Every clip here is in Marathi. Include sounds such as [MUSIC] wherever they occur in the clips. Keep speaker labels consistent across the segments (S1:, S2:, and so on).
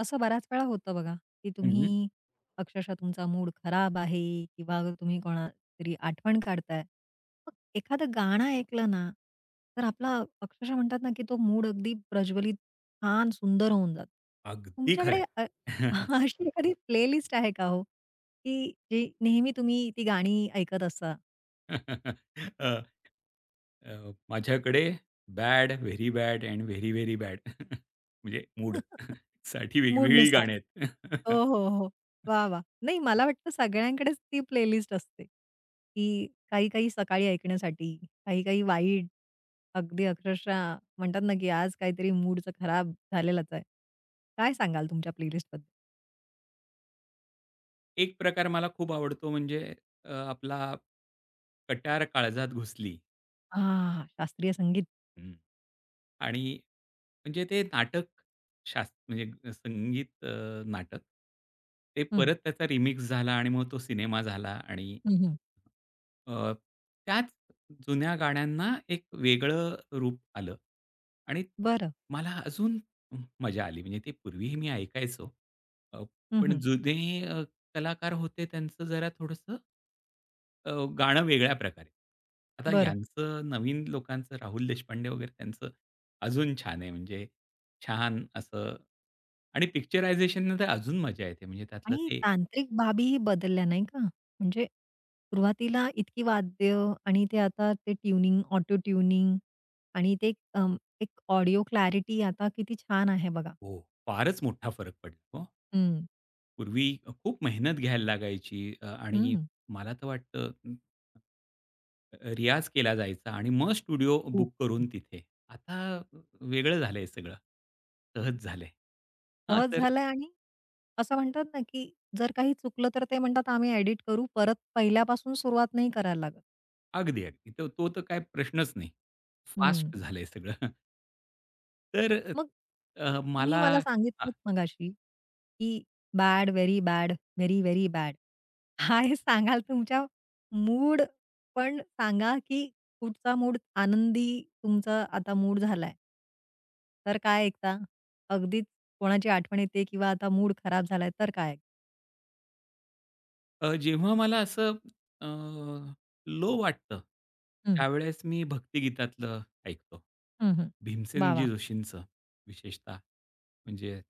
S1: असं बऱ्याच वेळा होतं बघा, की
S2: हं, हं.
S1: तुम्ही अक्षरशः तुमचा मूड खराब आहे किंवा तुम्ही कोणातरी आठवण काढताय. मग एखादं गाणं ऐकलं ना, तर आपला अक्षरशः म्हणतात ना, की तो मूड अगदी प्रज्वलित, छान, सुंदर होऊन जातो.
S2: अगदी खरं
S1: तुमच्याकडे
S2: आहे.
S1: [LAUGHS] अशी एखादी प्लेलिस्ट आहे का हो, की जी नेहमी तुम्ही ती गाणी ऐकत असता.
S2: [LAUGHS] अ, अ, माझ्याकडे bad, very bad and very, very bad [LAUGHS] म्हणजे मूड
S1: [LAUGHS]
S2: [LAUGHS] साठी वेगवेगळी
S1: मूडनुसार?
S2: गाणी आहेत.
S1: हो, हो, हो. वाह, वाह! नाही,
S2: [LAUGHS]
S1: मला वाटतं सगळ्यांकडेच ती प्लेलिस्ट असते, की काही-काही सकाळी ऐकण्यासाठी, काही-काही वाईट, अगदी अक्षरशः म्हणतात ना, की आज काहीतरी मूडचं खराब झालेलाच आहे. काय सांगाल तुमच्या प्लेलिस्टबद्दल?
S2: एक प्रकार मला खूप आवडतो, म्हणजे आपला कट्यार काळजात घुसली.
S1: हां, शास्त्रीय संगीत.
S2: हं. आणि म्हणजे ते नाटक, म्हणजे संगीत नाटक. ते
S1: हं,
S2: परत त्याचा रिमिक्स झाला आणि मग तो सिनेमा झाला आणि
S1: हं, हं.
S2: अ, त्याच जुन्या गाण्यांना एक वेगळं रूप आलं आणि
S1: बरं.
S2: मला अजून मजा आली. म्हणजे ते पूर्वीही मी ऐकायचो. अ,
S1: हं,
S2: पण
S1: हं.
S2: जुने कलाकार होते त्यांचं जरा थोडंसं अ, गाणं वेगळ्या प्रकारे. आता
S1: बरं.
S2: यांचं नवीन लोकांचं, राहुल देशपांडे वगैरे त्यांचं अजून छान आहे, म्हणजे छान असं. आणि पिक्चरायझेशनने तर अजून मजा येते. म्हणजे त्यातलं
S1: आणि
S2: ते.
S1: तांत्रिक बाबीही बदलल्या नाही का? म्हणजे सुरुवातीला इतकी वाद्य आणि ते आता ते ट्यूनिंग, ऑटो ट्यूनिंग आणि ते अं, एक ऑडिओ क्लॅरिटी आता किती छान आहे बघा.
S2: हो, फारच मोठा फरक पडला हो.
S1: हं,
S2: पूर्वी खूप मेहनत घ्यायला लागायची, आणि
S1: हं.
S2: मला तर वाटतं, रियाज केला जायचा आणि मग स्टुडिओ
S1: खूप,
S2: बुक करून
S1: हं.
S2: तिथे. आता वेगळं झालंय सगळं. सहज झालंय. हां,
S1: सहज
S2: तर
S1: झालंय आणि असं म्हणतात ना, की जर काही चुकलं तर ते म्हणतात आम्ही एडिट करू. परत पहिल्यापासून सुरुवात नाही करायला लागत.
S2: अगदी, अगदी. तो तो तर काय प्रश्नच नाही.
S1: हं.
S2: फास्ट झालंय सगळं. [LAUGHS] तर अ,
S1: मग
S2: अ,
S1: तुम्ही
S2: मला
S1: मला
S2: हां,
S1: सांगितलत मगाशी, की bad, very bad, very, very bad. काय [LAUGHS] सांगाल तुमच्या मूड पण सांगा, की कुठचा मूड आनंदी तुमचा आता मूड झालाय? तर काय ऐकता? अगदीच कोणाची आठवण येते किंवा आता मूड खराब झालाय तर काय?
S2: जेव्हा मला असं लो वाटतं,
S1: हं,
S2: त्यावेळेस मी भक्तिगीतातलं ऐकतो.
S1: हं, हं. वाह,
S2: भीमसेनजी
S1: वाह!
S2: जोशींचं विशेषतः, म्हणजे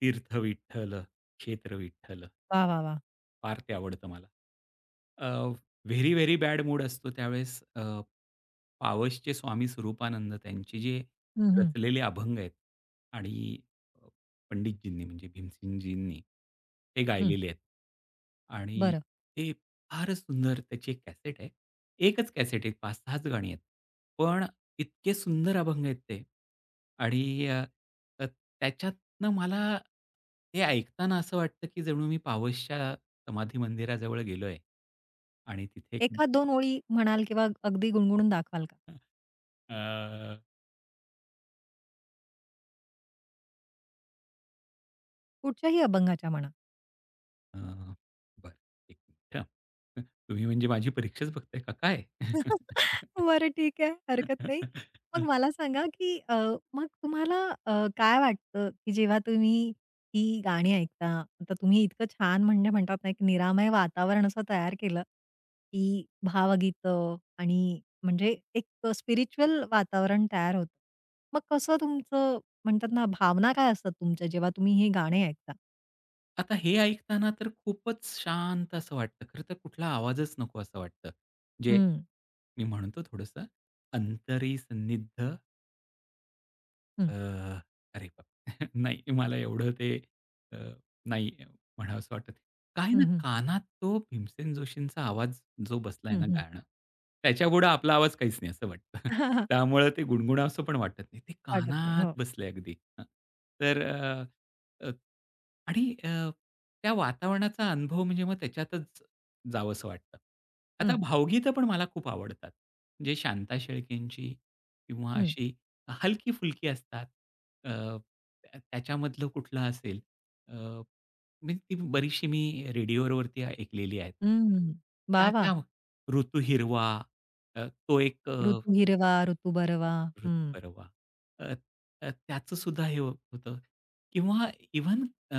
S2: तीर्थ विठ्ठल, क्षेत्र विठ्ठल.
S1: वाह, वाह, वाह!
S2: फार ते आवडतं मला. अ, व्हेरी, व्हेरी बॅड मूड असतो त्यावेळेस पावसचे स्वामी स्वरूपानंद त्यांचे जे
S1: हं, हं,
S2: रचलेले अभंग आहेत आणि अ, पंडितजींनी, म्हणजे भीमसेनजींनी, ते
S1: हं.
S2: गायलेले आहेत. आणि
S1: बरं.
S2: ते फारच सुंदर. त्याची एक कॅसेट आहे. एकच कॅसेट आहे, 5-6च गाणी आहेत. पण इतके सुंदर अभंग आहेत ते. आणि अ, अ, त्याच्यातनं मला ते ऐकताना असं वाटतं, की जणू मी पावसच्या समाधी मंदिराजवळ गेलोय आणि तिथे एक.
S1: एखाद 2 ओळी म्हणाल किंवा अगदी गुणगुणून दाखवाल का?
S2: अ,
S1: कुठच्याही अभंगाच्या म्हणा.
S2: अ, बरं, एक मिनिट हं. तुम्ही म्हणजे माझी परीक्षाच बघताय का काय?
S1: [LAUGHS] बरं, ठीक आहे, हरकत नाही. मग
S2: [LAUGHS]
S1: मला सांगा, की मग तुम्हाला काय वाटतं, की जेव्हा तुम्ही ही गाणी ऐकता, आता तुम्ही इतकं छान म्हणजे म्हणतात ना, एक निरामय वातावरण असं तयार केलं, की भावगीतं आणि म्हणजे एक स्पिरिच्युअल वातावरण तयार होतं. मग कसं तुमचं म्हणतात ना, भावना काय असतात तुमच्या जेव्हा तुम्ही हे गाणे ऐकता?
S2: आता हे ऐकताना तर खूपच शांत असं वाटतं. खरं तर कुठला आवाजच नको असं वाटतं. जे
S1: हं,
S2: मी म्हणतो थोडंसं, अंतरी सन्निध. अ,
S1: हं,
S2: अरे बाप! [LAUGHS] नाही, मला एवढं ते अ, नाही म्हणावसं वाटत. काय
S1: हं,
S2: ना,
S1: हं,
S2: कानात तो भीमसेन जोशींचा आवाज जो बसलाय
S1: हं,
S2: ना
S1: हं.
S2: गाणं, त्याच्यापुढं आपला आवाज काहीच नाही असं वाटतं. [LAUGHS]
S1: [LAUGHS]
S2: त्यामुळं ते गुणगुणावसं पण वाटत नाही. ते
S1: वाटत नाही.
S2: कानात
S1: हो.
S2: बसलंय अगदी. हं. तर अ, अ, आणि अ, त्या वातावरणाचा अनुभव, म्हणजे मग त्याच्यातच जावंसं वाटतं. आता
S1: हं,
S2: भावगीतं पण मला खूप आवडतात. म्हणजे शांता शेळकेंची किंवा
S1: हं,
S2: अशी हलकी-फुलकी असतात. अ, त्या त्याच्यामधलं कुठलं असेल, अ, म्हणजे ती बरीचशी मी रेडिओवरती ऐकलेली आहेत.
S1: हं.
S2: त्या,
S1: वाह! वाह!
S2: त्या ऋतू हिरवा, तो एक,
S1: ऋतू हिरवा, ऋतू बरवा.
S2: ऋतू
S1: हं.
S2: परवा. अ, अ, त्याचं सुद्धा हे होतं. किंवा इव्हन अ,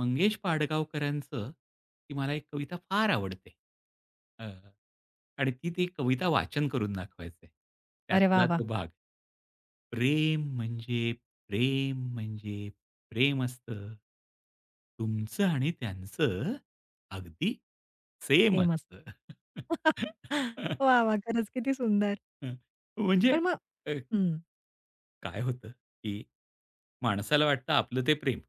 S2: मंगेश पाडगावकरांचं, ती मला एक कविता फार आवडते. आणि ती ती कविता वाचन करून दाखवायचंय.
S1: अरे वाह!
S2: त्यातला
S1: वाह!
S2: तो भाग. प्रेम म्हणजे प्रेम, म्हणजे प्रेम असतं. तुमचं आणि त्यांचं अगदी सेम
S1: सेमच.
S2: असतं. [LAUGHS]
S1: वाह! वाह! [LAUGHS] खरंच किती सुंदर.
S2: म्हणजे,
S1: पण मग
S2: अ,
S1: हं,
S2: काय होतं, की माणसाला वाटतं आपलं ते प्रेम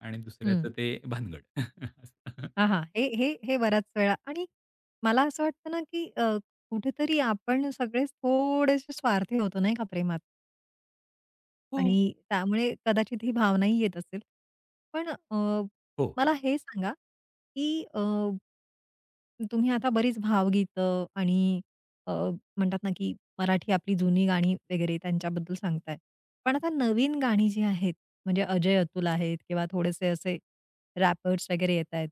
S2: आणि
S1: हं.
S2: दुसऱ्याचं ते भानगड. [LAUGHS] असं.
S1: हां, हे हे हे बऱ्याच वेळा आणि मला असं वाटतं ना, की कुठेतरी आपण सगळेच थोडेसे स्वार्थी होतो नाही का प्रेमात
S2: हो.
S1: आणि त्यामुळे कदाचित ही भावनाही येत असेल. पण
S2: हो,
S1: मला हे सांगा, की तुम्ही आता बरीच भावगीतं आणि अ, म्हणतात ना, की मराठी आपली जुनी गाणी वगैरे त्यांच्याबद्दल सांगताय. पण आता नवीन गाणी जी आहेत, म्हणजे अजय अतुल आहेत किंवा थोडेसे असे रॅपर्स वगैरे येत आहेत.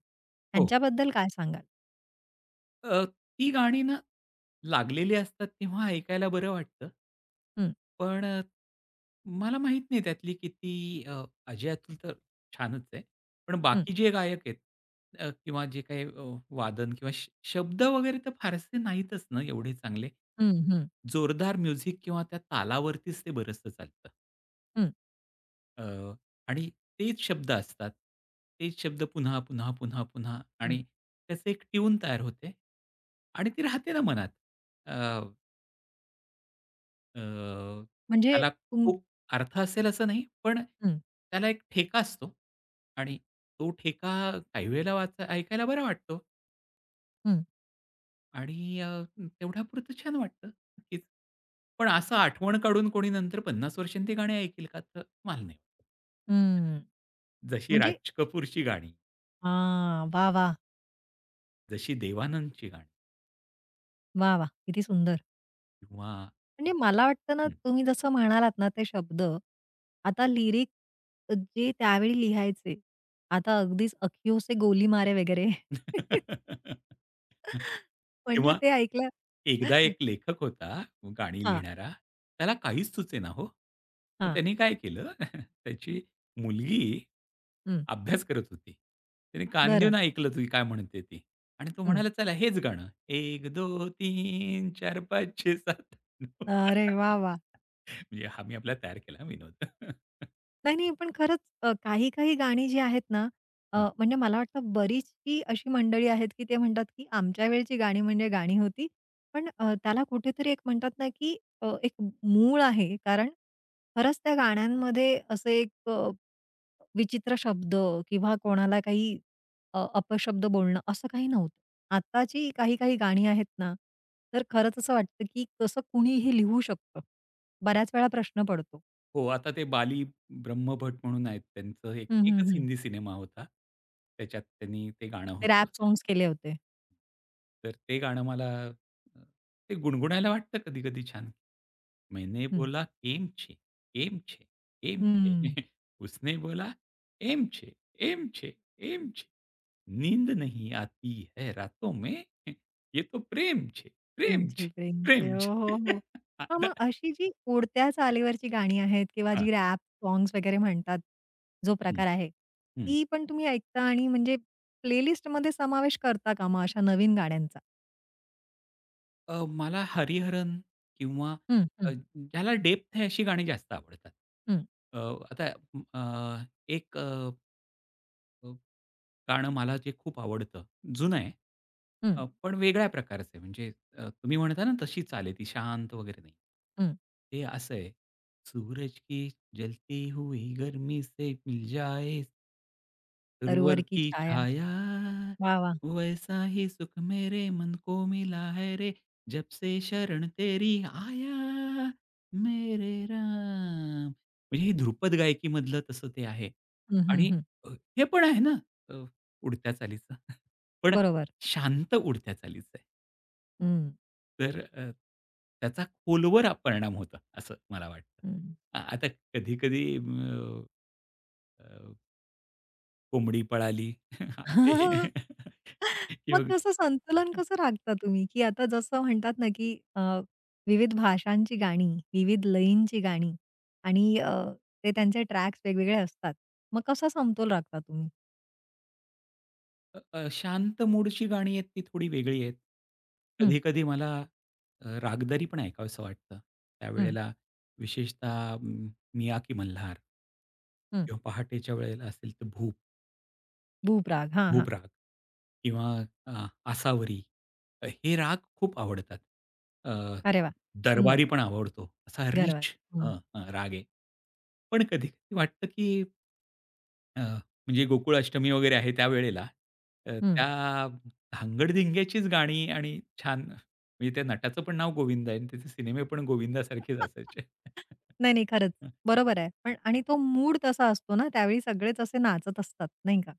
S2: हो.
S1: त्यांच्याबद्दल काय सांगाल?
S2: अ, ती गाणी ना, लागलेली असतात तेव्हा ऐकायला बरं वाटतं.
S1: हं,
S2: पण मला माहीत नाही त्यातली किती. अजय अतुल तर छानच आहे. पण
S1: हं,
S2: बाकी जे गायक आहेत, किंवा जे काही वादन किंवा शब्द वगैरे, तर फारसे नाहीतच ना एवढे चांगले.
S1: हं, हं,
S2: जोरदार म्युझिक किंवा त्या तालावरतीच ते बरचसं चालतं.
S1: हं,
S2: अ, आणि तेच शब्द असतात. तेच शब्द पुन्हा, पुन्हा, पुन्हा, पुन्हा, आणि
S1: हं.
S2: त्याचं एक ट्यून तयार होते आणि ती राहते ना मनात. अ, अ,
S1: म्हणजे
S2: त्याला
S1: तुम
S2: खूप अर्थ असेल असं नाही, पण
S1: हं,
S2: त्याला एक ठेका असतो आणि तो ठेका काही वेळेला वाचा ऐकायला बरा वाटतो
S1: हं,
S2: आणि तेवढ्यापुरतं छान वाटतं नक्कीच. पण असं आठवण काढून कोणी नंतर 50 वर्षांनी ती गाणी ऐकेल का? तर मला नाही वाटत.
S1: हं.
S2: जशी
S1: म्हणजे
S2: राज कपूरची गाणी,
S1: हां. वाह, वाह!
S2: जशी देवानंदची गाणी,
S1: वाह, वाह! किती सुंदर.
S2: किंवा
S1: म्हणजे मला वाटतं ना,
S2: हं.
S1: तुम्ही जसं म्हणालात ना ते शब्द, आता लिरिक जे त्यावेळी लिहायचे, आता अगदीच अखियों से गोली मारे वगैरे. [LAUGHS]
S2: [LAUGHS]
S1: म्हणजे
S2: किंवा,
S1: ते ऐकलं.
S2: एकदा एक लेखक होता गाणी
S1: हां,
S2: लिहिणारा, त्याला काहीच सुचेना हो. मग
S1: हां.
S2: त्याने काय केलं? [LAUGHS] त्याची मुलगी
S1: हं.
S2: अभ्यास करत होती. त्याने कान
S1: बरं.
S2: देऊन ऐकलं ती काय म्हणते ती, आणि तो
S1: हं.
S2: म्हणाला, "चला हेच गाणं, 1, 2, 3, 4, 5, 6, 7."
S1: अरे वाह! वाह!
S2: [LAUGHS] म्हणजे हा मी आपला तयार केला विनोद. [LAUGHS]
S1: नाही, नाही. पण खरंच काही-काही गाणी जी आहेत ना, म्हणजे मला वाटतं बरीचशी अशी मंडळी आहेत, की ते म्हणतात, की आमच्या वेळची गाणी म्हणजे गाणी होती. पण त्याला कुठेतरी एक म्हणतात ना, की एक मूळ आहे. कारण खरंच त्या गाण्यांमध्ये असे एक विचित्र शब्द किंवा कोणाला काही अपशब्द बोलणं असं काही नव्हतं. आत्ताची काही-काही गाणी आहेत ना, तर खरंच असं वाटतं, की कसं कुणीही लिहू शकतं. बऱ्याच वेळा प्रश्न पडतो.
S2: हो, आता ते बाली ब्रह्मभट म्हणून आहेत. त्यांचं एक
S1: हं, हं,
S2: एकच
S1: हं.
S2: हिंदी सिनेमा होता. त्याच्यात त्यांनी ते गाणं
S1: ते
S2: होतं.
S1: रॅप सॉन्ग्स केले होते.
S2: तर ते गाणं मला अ, ते गुणगुणायला वाटतं कधी-कधी छान. मैने
S1: हं.
S2: बोला, "एम छे, एम छे, एम छे."
S1: हं.
S2: [LAUGHS] उसने बोला, "एम छे, एम छे, एम छे. नींद नहीं आती है रातों में. [LAUGHS] ये तो प्रेम छे, प्रेम
S1: प्रेमचे,
S2: छे,
S1: प्रेमचे.
S2: प्रेम
S1: हो,
S2: छे."
S1: हो, हो. हां, मग
S2: [LAUGHS]
S1: अशी जी उडत्या चालीवरची गाणी आहेत किंवा
S2: हां.
S1: जी रॅप सॉन्ग्स वगैरे म्हणतात, जो प्रकार आहे,
S2: हं.
S1: ती पण तुम्ही ऐकता आणि म्हणजे प्लेलिस्टमध्ये समावेश करता का मग अशा नवीन गाण्यांचा?
S2: मला हरिहरन किंवा
S1: हं, हं,
S2: ज्याला डेप्थ आहे, अशी गाणी जास्त आवडतात.
S1: हं,
S2: अ, आता म, अ, एक गाणं मला जे खूप आवडतं. जुनं आहे.
S1: हं,
S2: पण वेगळ्या प्रकारचं आहे. म्हणजे, तुम्ही म्हणता ना तशी चाल आहे, ती शांत वगैरे नाही.
S1: हं.
S2: ते असं आहे. सूरज की जलती हुई गर्मी से मिल जाए दूरवर
S1: "तरुवर की
S2: की
S1: छाया."
S2: छाया,
S1: वाह, वाह!
S2: वैसा ही सुख मेरे मन को मिला है रे, जब से शरण तेरी आया, मेरे राम. म्हणजे हे ध्रुपद गायकीमधलं तसं ते आहे.
S1: हं, हं,
S2: आणि
S1: हं.
S2: अ, हे पण आहे ना. उडत्या चालीचा. [LAUGHS] पण
S1: बरोबर.
S2: शांत उडत्या चालीचा आहे.
S1: हं,
S2: तर त्याचा खोलवर परिणाम होतो असं मला वाटतं.
S1: हं.
S2: आता कधी-कधी अ, अ, कोंबडी पळाली [LAUGHS] ते,
S1: मग
S2: किंवा
S1: कसं संतुलन कसं राखता तुम्ही? की आता जसं म्हणतात ना, की विविध भाषांची गाणी, विविध लयींची गाणी आणि ते त्यांचे ट्रॅक्स वेगवेगळे असतात. मग कसा समतोल राखता तुम्ही?
S2: अ, अ, शांत मूडची गाणी आहेत ती थोडी वेगळी आहेत.
S1: हं,
S2: कधी-कधी मला रागदारी पण ऐकावसं वाटतं.
S1: हं,
S2: त्यावेळेला विशेषतः मियाकी मल्हार,
S1: हं.
S2: किंवा पहाटेच्या वेळेला असेल तर भूप.
S1: भूपराग. हां,
S2: भूप
S1: हां.
S2: राग, किंवा आसावरी, हे राग खूप आवडतात. अ,
S1: अरे वा, सुंदर.
S2: दरबारी पण आवडतो. असा
S1: गरवारे.
S2: रिच
S1: हं,
S2: हं, हं, राग आहे. पण कधी-कधी वाटतं, की अ, म्हणजे गोकुळाष्टमी वगैरे आहे त्यावेळेला,
S1: हं.
S2: त्या धांगड-धिंग्याचीच गाणी आणि छान, म्हणजे त्या नटाचं पण नाव गोविंदा आहे आणि त्याचे सिनेमे पण गोविंदासारखेच असायचे.
S1: नाही, नाही. खरंच.
S2: [LAUGHS]
S1: बरोबर आहे. पण आणि तो मूड तसा असतो ना, त्यावेळी सगळेच असे नाचत असतात, नाही का?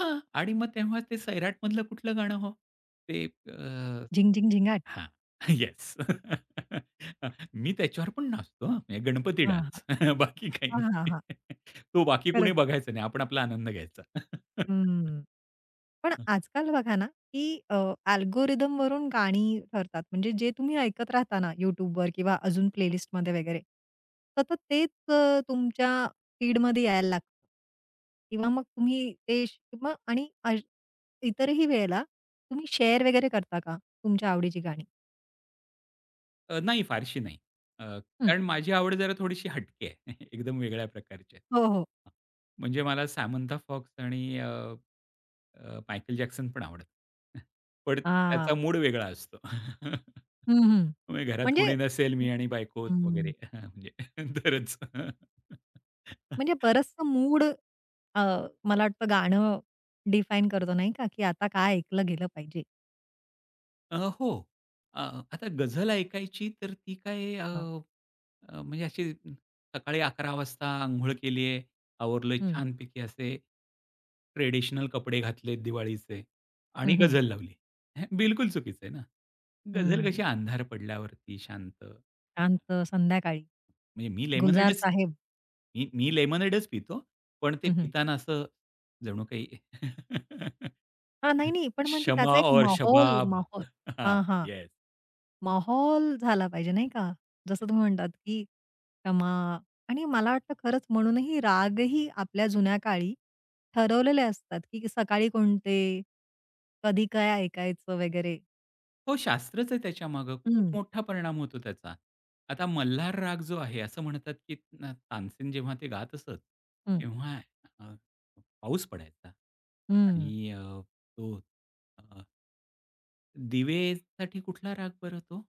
S2: हां, आणि मग तेव्हा ते सैराटमधलं कुठलं गाणं हो? ते,
S1: झिंग, झिंग, झिंगाट.
S2: हां. येस. [LAUGHS] मी त्याच्यावर पण नाचतो हां. म्हणजे गणपती
S1: हां, हां.
S2: डान्स. [LAUGHS] बाकी काही
S1: हां, हां,
S2: नाही.
S1: हां.
S2: [LAUGHS] तो बाकी कोणी
S1: खरंच.
S2: बघायचं नाही. आपण आपला आनंद घ्यायचा. [LAUGHS]
S1: हं. पण
S2: हं.
S1: आजकाल बघा ना, की अल्गोरिदम अल्गोरिथमवरून गाणी ठरतात. म्हणजे जे तुम्ही ऐकत राहता ना YouTubeवर किंवा अजून प्लेलिस्टमध्ये वगैरे, सतत तेच तुमच्या फीडमध्ये यायला लागतं किंवा मग तुम्ही ते मग आणि इतरही वेळेला तुम्ही शेअर वगैरे करता का तुमच्या आवडीची गाणी?
S2: नाही, फारशी नाही. अ,
S1: हं.
S2: कारण माझी आवड जरा थोडीशी हटकी आहे. [LAUGHS] एकदम वेगळ्या प्रकारची आहे.
S1: हो, हो.
S2: हां. म्हणजे मला सामंथा फॉक्स आणि मायकेल जॅक्सन पण आवडतं. [LAUGHS] पण
S1: हां.
S2: त्याचा मूड वेगळा असतो. [LAUGHS]
S1: हं, हं.
S2: म्हणजे घरात कोणी
S1: म्हणजे
S2: नसेल, मी आणि बायकोच वगैरे,
S1: हं.
S2: [LAUGHS] म्हणजे [LAUGHS] तरच.
S1: म्हणजे
S2: [LAUGHS]
S1: बरचसं मूड मला वाटतं गाणं डिफाईन करतो नाही का, की आता काय ऐकलं गेलं पाहिजे?
S2: हो. अ, आता गझल ऐकायची तर ती काय, अ,
S1: हां.
S2: अ, म्हणजे अशी सकाळी 11:00 वाजता अंघोळ केली आहे, आवरलं
S1: हं.
S2: छानपैकी, असे ट्रेडिशनल कपडे घातलेत दिवाळीचे,
S1: हं,
S2: आणि
S1: हं.
S2: गझल लावली. हे बिलकुल चुकीचं आहे ना. गझल
S1: हं.
S2: कशी अंधार पडल्यावरती, शांत.
S1: शांत संध्याकाळी.
S2: म्हणजे मी
S1: गुलजार
S2: लेमोनेडच
S1: साहेब.
S2: मी मी लेमोनेडच पितो. पण ते
S1: हं, हं.
S2: पिताना असं जणू काही. [LAUGHS]
S1: हां, नाही, नाही. पण म्हणजे
S2: शमा
S1: त्याचा एक
S2: और
S1: माहौल
S2: शबाब.
S1: माहौल
S2: हां,
S1: हां, हां.
S2: येस.
S1: माहौल झाला पाहिजे नाही का? जसं तुम्ही म्हणतात, की क्षमा आणि मला वाटतं खरंच म्हणूनही रागही आपल्या जुन्या काळी ठरवलेले असतात, की सकाळी कोणते, कधी काय ऐकायचं वगैरे.
S2: हो, शास्त्रच आहे त्याच्यामागे. खूप
S1: हं,
S2: मोठा परिणाम होतो त्याचा. आता मल्हार राग जो आहे, असं म्हणतात की तानसेन जेव्हा ते गात असत,
S1: हं,
S2: तेव्हा अ, पाऊस पडायचा.
S1: हं.
S2: आणि अ, तो अ दिवेसाठी कुठला राग बरं तो?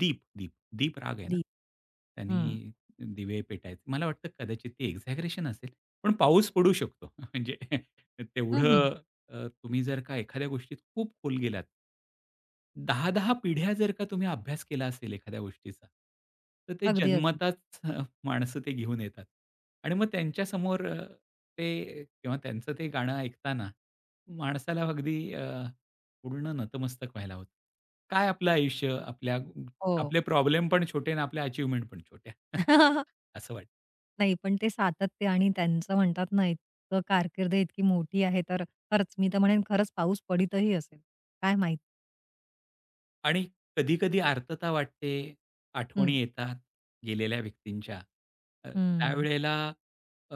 S2: दीप, दीप, दीप राग आहे हं. ना.
S1: दी हं.
S2: त्यांनी दिवे पेटायचे. मला वाटतं कदाचित ते एक्झॅगरेशन असेल. पण पाऊस पडू शकतो. [LAUGHS] म्हणजे
S1: हं, हं.
S2: तेवढं, तुम्ही जर का एखाद्या गोष्टीत खूप खोल गेलात, 10-10 पिढ्या जर का तुम्ही अभ्यास केला असेल एखाद्या गोष्टीचा, तर ते
S1: अगदी, अगदी.
S2: जन्मताच, माणसं ते घेऊन येतात. आणि मग त्यांच्यासमोर, ते किंवा त्यांचं ते गाणं ऐकताना, माणसाला अगदी पूर्ण नतमस्तक व्हायला होतं. काय आपलं आयुष्य, आपल्या
S1: हो.
S2: आपले प्रॉब्लेम पण छोटे आणि आपल्या अचीव्हमेंट पण छोट्या. [LAUGHS]
S1: [LAUGHS]
S2: असं वाटतं.
S1: नाही, पण ते सातत्य आणि त्यांचं म्हणतात ना, इतकं कारकीर्द इतकी मोठी आहे, तर खरंच मी तर म्हणेन खरंच पाऊस पडतही असेल. काय माहीत?
S2: आणि कधी-कधी आर्तता वाटते,
S1: हं,
S2: आठवणी येतात गेलेल्या व्यक्तींच्या.
S1: हं,
S2: त्यावेळेला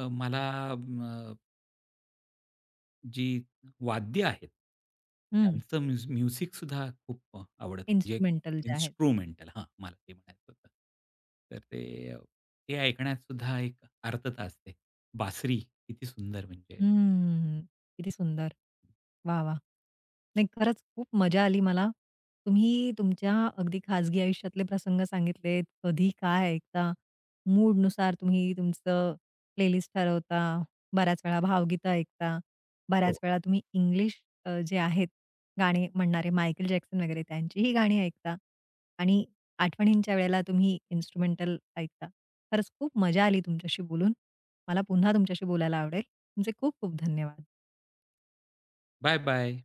S2: मला, अ, जी वाद्य आहेत,
S1: हं.
S2: त्यांचं म्युझिक सुद्धा खूप आवडतं. म्हणजे
S1: इन्स्ट्रुमेंटल जे आहेत.
S2: इन्स्ट्रुमेंटल, हां, मला ते म्हणायचं होतं. तर ते ऐकण्यात सुद्धा एक आर्तता असते. बासरी किती सुंदर, म्हणजे.
S1: हम्म. किती सुंदर. वाह, वाह! नाही, खरंच खूप मजा आली मला. तुम्ही तुमच्या अगदी खाजगी आयुष्यातले प्रसंग सांगितलेत. कधी काय ऐकता, मूडनुसार तुम्ही तुमचं प्लेलिस्ट ठरवता. बऱ्याच वेळा भावगीतं ऐकता.
S2: हो.
S1: बऱ्याच वेळा तुम्ही इंग्लिश जे आहेत गाणी म्हणणारे मायकेल जॅक्सन वगैरे त्यांचीही गाणी ऐकता आणि आठवणींच्या वेळेला तुम्ही इन्स्ट्रुमेंटल ऐकता. खरंच खूप मजा आली तुमच्याशी बोलून. मला पुन्हा तुमच्याशी बोलायला आवडेल. तुमचे खूप खूप धन्यवाद.
S2: "Bye bye."